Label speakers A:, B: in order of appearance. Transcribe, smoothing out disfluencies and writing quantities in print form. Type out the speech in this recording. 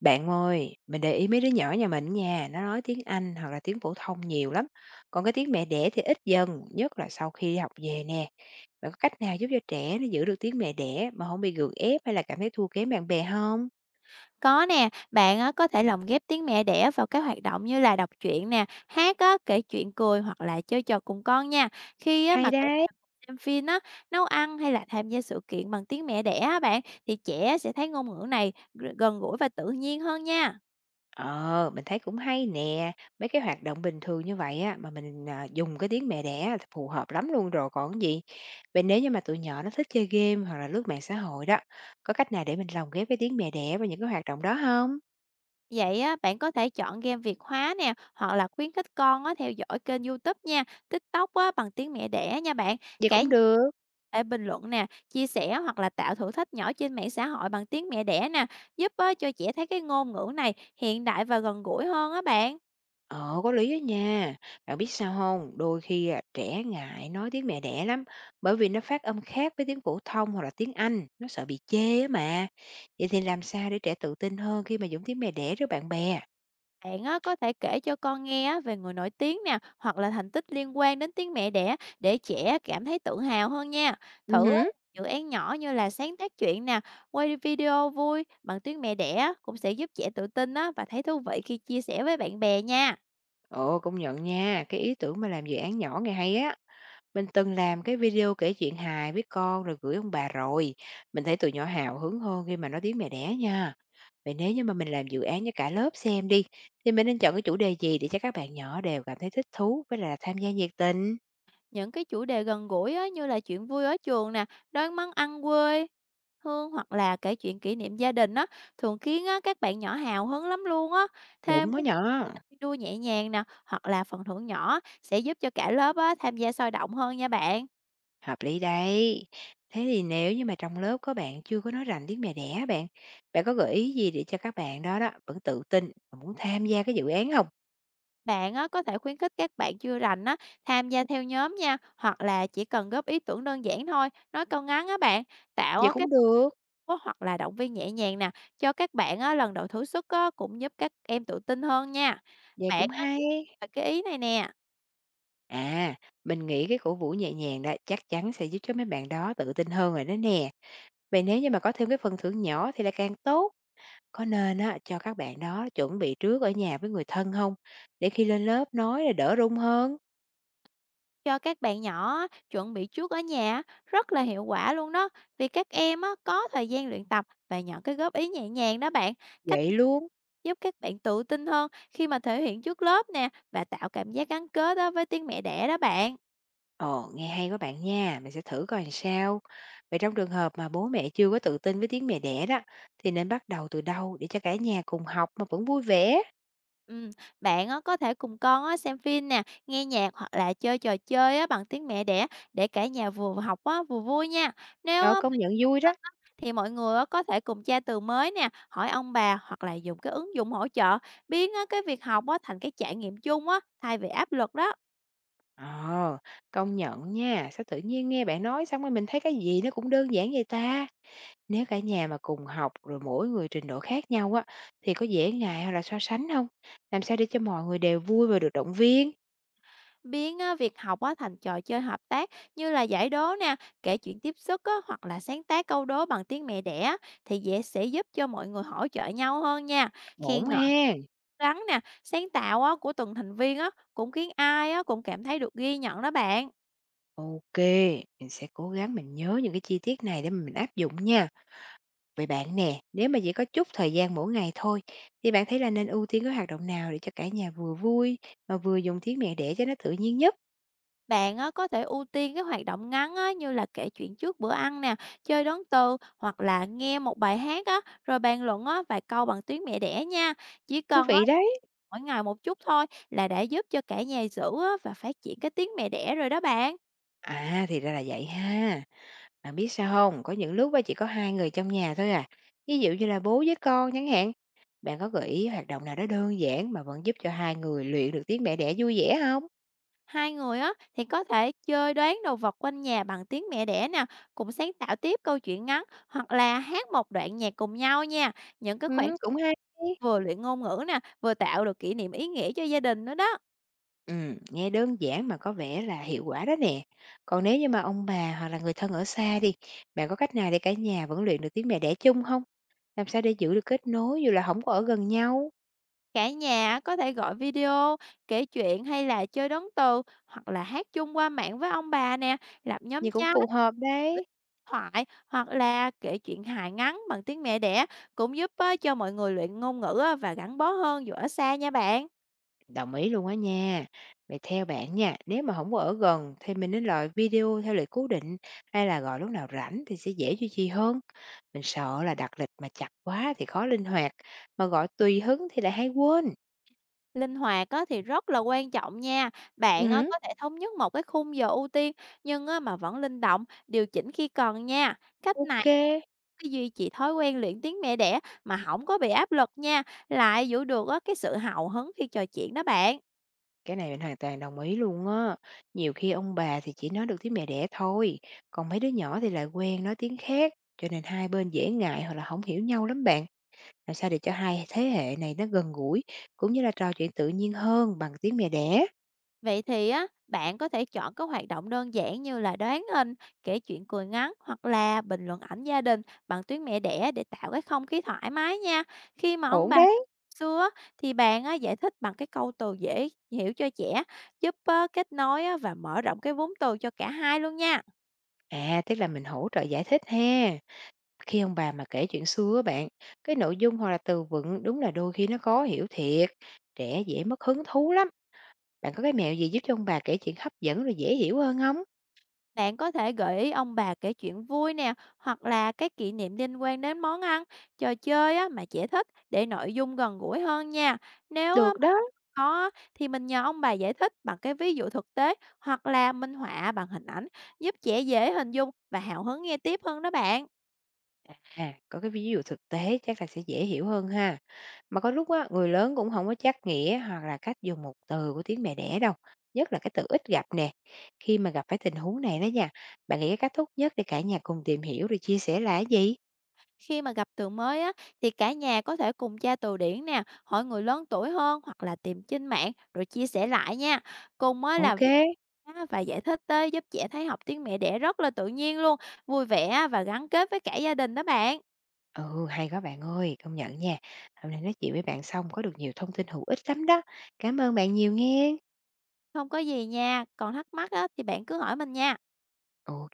A: Bạn ơi, mình để ý mấy đứa nhỏ nhà mình nha, nó nói tiếng Anh hoặc là tiếng phổ thông nhiều lắm. Còn cái tiếng mẹ đẻ thì ít dần, nhất là sau khi đi học về nè. Bạn có cách nào giúp cho trẻ nó giữ được tiếng mẹ đẻ mà không bị gượng ép hay là cảm thấy thua kém bạn bè không?
B: Có nè, bạn á, có thể lồng ghép tiếng mẹ đẻ vào các hoạt động như là đọc truyện nè, hát á, kể chuyện cười hoặc là chơi trò cùng con nha. Khi á, mà
A: Hay
B: cả
A: đấy.
B: nhà cùng xem phim á, nấu ăn hay là tham gia sự kiện bằng tiếng mẹ đẻ á bạn thì trẻ sẽ thấy ngôn ngữ này gần gũi và tự nhiên hơn nha.
A: Ờ, mình thấy cũng hay nè. Mấy cái hoạt động bình thường như vậy á, mà mình dùng cái tiếng mẹ đẻ thì phù hợp lắm luôn rồi còn gì. Vậy nếu như mà tụi nhỏ nó thích chơi game hoặc là lướt mạng xã hội đó, có cách nào để mình lồng ghép cái tiếng mẹ đẻ vào những cái hoạt động đó không?
B: Vậy á, bạn có thể chọn game Việt hóa nè, hoặc là khuyến khích con á, theo dõi kênh YouTube nha, TikTok á, bằng tiếng mẹ đẻ nha bạn.
A: Vậy
B: Cả
A: cũng
B: nhà
A: được.
B: để bình luận nè, chia sẻ hoặc là tạo thử thách nhỏ trên mạng xã hội bằng tiếng mẹ đẻ nè, giúp á, cho trẻ thấy cái ngôn ngữ này hiện đại và gần gũi hơn á bạn.
A: Ờ, có lý đó nha. Bạn biết sao không? Đôi khi trẻ ngại nói tiếng mẹ đẻ lắm, bởi vì nó phát âm khác với tiếng phổ thông hoặc là tiếng Anh, nó sợ bị chê á mà. Vậy thì làm sao để trẻ tự tin hơn khi mà dùng tiếng mẹ đẻ với bạn bè?
B: Bạn á, có thể kể cho con nghe á, về người nổi tiếng nè, hoặc là thành tích liên quan đến tiếng mẹ đẻ để trẻ cảm thấy tự hào hơn nha.
A: Ừ
B: Thử á,
A: hứ.
B: dự án nhỏ như là sáng tác truyện nè, quay video vui bằng tiếng mẹ đẻ cũng sẽ giúp trẻ tự tin á, và thấy thú vị khi chia sẻ với bạn bè nha.
A: Ồ, công nhận nha, cái ý tưởng mà làm dự án nhỏ nghe hay á. Mình từng làm cái video kể chuyện hài với con rồi gửi ông bà rồi. Mình thấy tụi nhỏ hào hứng hơn khi mà nói tiếng mẹ đẻ nha. Vậy nếu như mà mình làm dự án cho cả lớp xem đi, thì mình nên chọn cái chủ đề gì để cho các bạn nhỏ đều cảm thấy thích thú với lại là tham gia nhiệt tình?
B: Những cái chủ đề gần gũi á, như là chuyện vui ở trường nè, đón món ăn quê hương hoặc là kể chuyện kỷ niệm gia đình á, thường khiến á, các bạn nhỏ hào hứng lắm luôn á.
A: Đúng
B: Thêm
A: đó nhỏ,
B: cái đua nhẹ nhàng nè, hoặc là phần thưởng nhỏ sẽ giúp cho cả lớp á, tham gia sôi động hơn nha bạn.
A: hợp lý đấy. Thế thì nếu như mà trong lớp có bạn chưa có nói rành tiếng mẹ đẻ bạn, bạn có gợi ý gì để cho các bạn đó đó vẫn tự tin và muốn tham gia cái dự án không?
B: Bạn á, có thể khuyến khích các bạn chưa rành á, tham gia theo nhóm nha, hoặc là chỉ cần góp ý tưởng đơn giản thôi, nói câu ngắn á bạn, tạo
A: Vậy
B: á, cái
A: cũng được,
B: có hoặc là động viên nhẹ nhàng nè, cho các bạn á, lần đầu thử sức á, cũng giúp các em tự tin hơn nha.
A: vậy cũng
B: Bạn á,
A: hay.
B: cái ý này nè.
A: À, mình nghĩ cái cổ vũ nhẹ nhàng đó chắc chắn sẽ giúp cho mấy bạn đó tự tin hơn rồi đó nè. Vậy nếu như mà có thêm cái phần thưởng nhỏ thì là càng tốt. Có nên á, cho các bạn đó chuẩn bị trước ở nhà với người thân không? Để khi lên lớp nói là đỡ run hơn,
B: Cho các bạn nhỏ á, chuẩn bị trước ở nhà á, rất là hiệu quả luôn đó vì các em á, có thời gian luyện tập và nhận cái góp ý nhẹ nhàng đó bạn. Cách
A: vậy
B: này
A: luôn.
B: giúp các bạn tự tin hơn khi mà thể hiện trước lớp nè và tạo cảm giác gắn kết đó với tiếng mẹ đẻ đó bạn.
A: Ồ, nghe hay quá bạn nha, mình sẽ thử coi làm sao. Vậy trong trường hợp mà bố mẹ chưa có tự tin với tiếng mẹ đẻ đó, thì nên bắt đầu từ đâu để cho cả nhà cùng học mà vẫn vui vẻ?
B: Ừ, bạn á, có thể cùng con á, xem phim nè nghe nhạc hoặc là chơi trò chơi á, bằng tiếng mẹ đẻ để cả nhà vừa học á, vừa vui nha. nếu
A: Ờ,
B: á,
A: công nhận vui đó.
B: á, thì mọi người á có thể cùng tra từ mới nè, hỏi ông bà hoặc là dùng cái ứng dụng hỗ trợ, biến á cái việc học á thành cái trải nghiệm chung á, thay vì áp lực đó.
A: Ờ, công nhận nha, sao tự nhiên nghe bạn nói xong rồi mình thấy cái gì nó cũng đơn giản vậy ta? Nếu cả nhà mà cùng học rồi mỗi người trình độ khác nhau á thì có dễ ngại hoặc là so sánh không? Làm sao để cho mọi người đều vui và được động viên?
B: Biến á việc học á thành trò chơi hợp tác như là giải đố nè, kể chuyện tiếp sức á, hoặc là sáng tác câu đố bằng tiếng mẹ đẻ á, thì dễ sẽ giúp cho mọi người hỗ trợ nhau hơn nha. Khen
A: Ổn
B: ngợi
A: ha.
B: cố gắng nè, sáng tạo á của từng thành viên á cũng khiến ai á cũng cảm thấy được ghi nhận đó bạn.
A: Ok, mình sẽ cố gắng mình nhớ những cái chi tiết này để mà mình áp dụng nha. Vậy bạn nè, nếu mà chỉ có chút thời gian mỗi ngày thôi thì bạn thấy là nên ưu tiên cái hoạt động nào để cho cả nhà vừa vui mà vừa dùng tiếng mẹ đẻ cho nó tự nhiên nhất?
B: Bạn á, có thể ưu tiên cái hoạt động ngắn á, như là kể chuyện trước bữa ăn nè, chơi đón từ hoặc là nghe một bài hát á, rồi bàn luận á, vài câu bằng tiếng mẹ đẻ nha. Chỉ
A: Thú
B: cần á,
A: vị đấy.
B: mỗi ngày một chút thôi là đã giúp cho cả nhà giữ á, và phát triển cái tiếng mẹ đẻ rồi đó bạn.
A: À thì ra là vậy ha. Bạn biết sao không? Có những lúc á chỉ có 2 người trong nhà thôi à, ví dụ như là bố với con chẳng hạn. Bạn có gợi ý hoạt động nào đó đơn giản mà vẫn giúp cho hai người luyện được tiếng mẹ đẻ vui vẻ không?
B: Hai người á, thì có thể chơi đoán đồ vật quanh nhà bằng tiếng mẹ đẻ nè, cùng sáng tạo tiếp câu chuyện ngắn hoặc là hát một đoạn nhạc cùng nhau nha. Những cái khoảng
A: Cũng hay.
B: vừa luyện ngôn ngữ nè, vừa tạo được kỷ niệm ý nghĩa cho gia đình nữa đó.
A: Nghe đơn giản mà có vẻ là hiệu quả đó nè. Còn nếu như mà ông bà hoặc là người thân ở xa đi, bạn có cách nào để cả nhà vẫn luyện được tiếng mẹ đẻ chung không? Làm sao để giữ được kết nối dù là không có ở gần nhau?
B: Cả nhà có thể gọi video, kể chuyện hay là chơi đón từ, hoặc là hát chung qua mạng với ông bà nè, lập nhóm
A: Nhưng cũng
B: chat
A: phù hợp
B: viết
A: đấy.
B: thoại hoặc là kể chuyện hài ngắn bằng tiếng mẹ đẻ cũng giúp á, cho mọi người luyện ngôn ngữ á, và gắn bó hơn dù ở xa nha bạn.
A: Đồng ý luôn á nha. Vậy theo bạn nha, nếu mà không có ở gần thì mình nên gọi video theo lịch cố định hay là gọi lúc nào rảnh thì sẽ dễ duy trì hơn? Mình sợ là đặt lịch mà chặt quá thì khó linh hoạt, mà gọi tùy hứng thì lại hay quên.
B: Linh hoạt á, thì rất là quan trọng nha. Bạn á,
A: Ừ.
B: có thể thống nhất một cái khung giờ ưu tiên nhưng á, mà vẫn linh động, điều chỉnh khi cần nha. Cách này
A: Ok,
B: cứ duy trì thói quen luyện tiếng mẹ đẻ mà không có bị áp lực nha, lại giữ được á cái sự hào hứng khi trò chuyện đó bạn.
A: cái này mình hoàn toàn đồng ý luôn á. Nhiều khi ông bà thì chỉ nói được tiếng mẹ đẻ thôi, còn mấy đứa nhỏ thì lại quen nói tiếng khác, cho nên hai bên dễ ngại hoặc là không hiểu nhau lắm bạn. Làm sao để cho hai thế hệ này nó gần gũi, cũng như là trò chuyện tự nhiên hơn bằng tiếng mẹ đẻ.
B: Vậy thì á, bạn có thể chọn các hoạt động đơn giản như là đoán hình, kể chuyện cười ngắn hoặc là bình luận ảnh gia đình bằng tiếng mẹ đẻ để tạo cái không khí thoải mái nha. Khi mà ông
A: Ổn
B: bà
A: đấy.
B: xưa á, thì bạn á giải thích bằng cái câu từ dễ hiểu cho trẻ, giúp á kết nối á và mở rộng cái vốn từ cho cả hai luôn nha.
A: À, tức là mình hỗ trợ giải thích ha. Khi ông bà mà kể chuyện xưa á bạn, cái nội dung hoặc là từ vựng đúng là đôi khi nó khó hiểu thiệt, trẻ dễ mất hứng thú lắm. Bạn có cái mẹo gì giúp cho ông bà kể chuyện hấp dẫn rồi dễ hiểu hơn không?
B: Bạn có thể gợi ý ông bà kể chuyện vui nè, hoặc là các kỷ niệm liên quan đến món ăn, trò chơi á, mà trẻ thích để nội dung gần gũi hơn nha. Nếu á,
A: Được
B: mà
A: đó.
B: gặp khó á, thì mình nhờ ông bà giải thích bằng cái ví dụ thực tế hoặc là minh họa bằng hình ảnh giúp trẻ dễ hình dung và hào hứng nghe tiếp hơn đó bạn.
A: À, có cái ví dụ thực tế chắc là sẽ dễ hiểu hơn ha. Mà có lúc á, người lớn cũng không có chắc nghĩa hoặc là cách dùng một từ của tiếng mẹ đẻ đâu. Nhất là cái từ ít gặp nè. Khi mà gặp phải tình huống này đó nha, bạn nghĩ cái cách tốt nhất để cả nhà cùng tìm hiểu rồi chia sẻ là cái gì?
B: Khi mà gặp từ mới á, thì cả nhà có thể cùng tra từ điển nè, hỏi người lớn tuổi hơn hoặc là tìm trên mạng rồi chia sẻ lại nha. Cùng mới làm
A: Ok.
B: việc á và giải thích tới giúp trẻ thấy học tiếng mẹ đẻ rất là tự nhiên luôn, vui vẻ và gắn kết với cả gia đình đó bạn.
A: Ừ, hay quá bạn ơi, công nhận nha. Hôm nay nói chuyện với bạn xong có được nhiều thông tin hữu ích lắm đó. Cảm ơn bạn nhiều nghe.
B: Không có gì nha, còn thắc mắc á, thì bạn cứ hỏi mình nha.
A: Ok.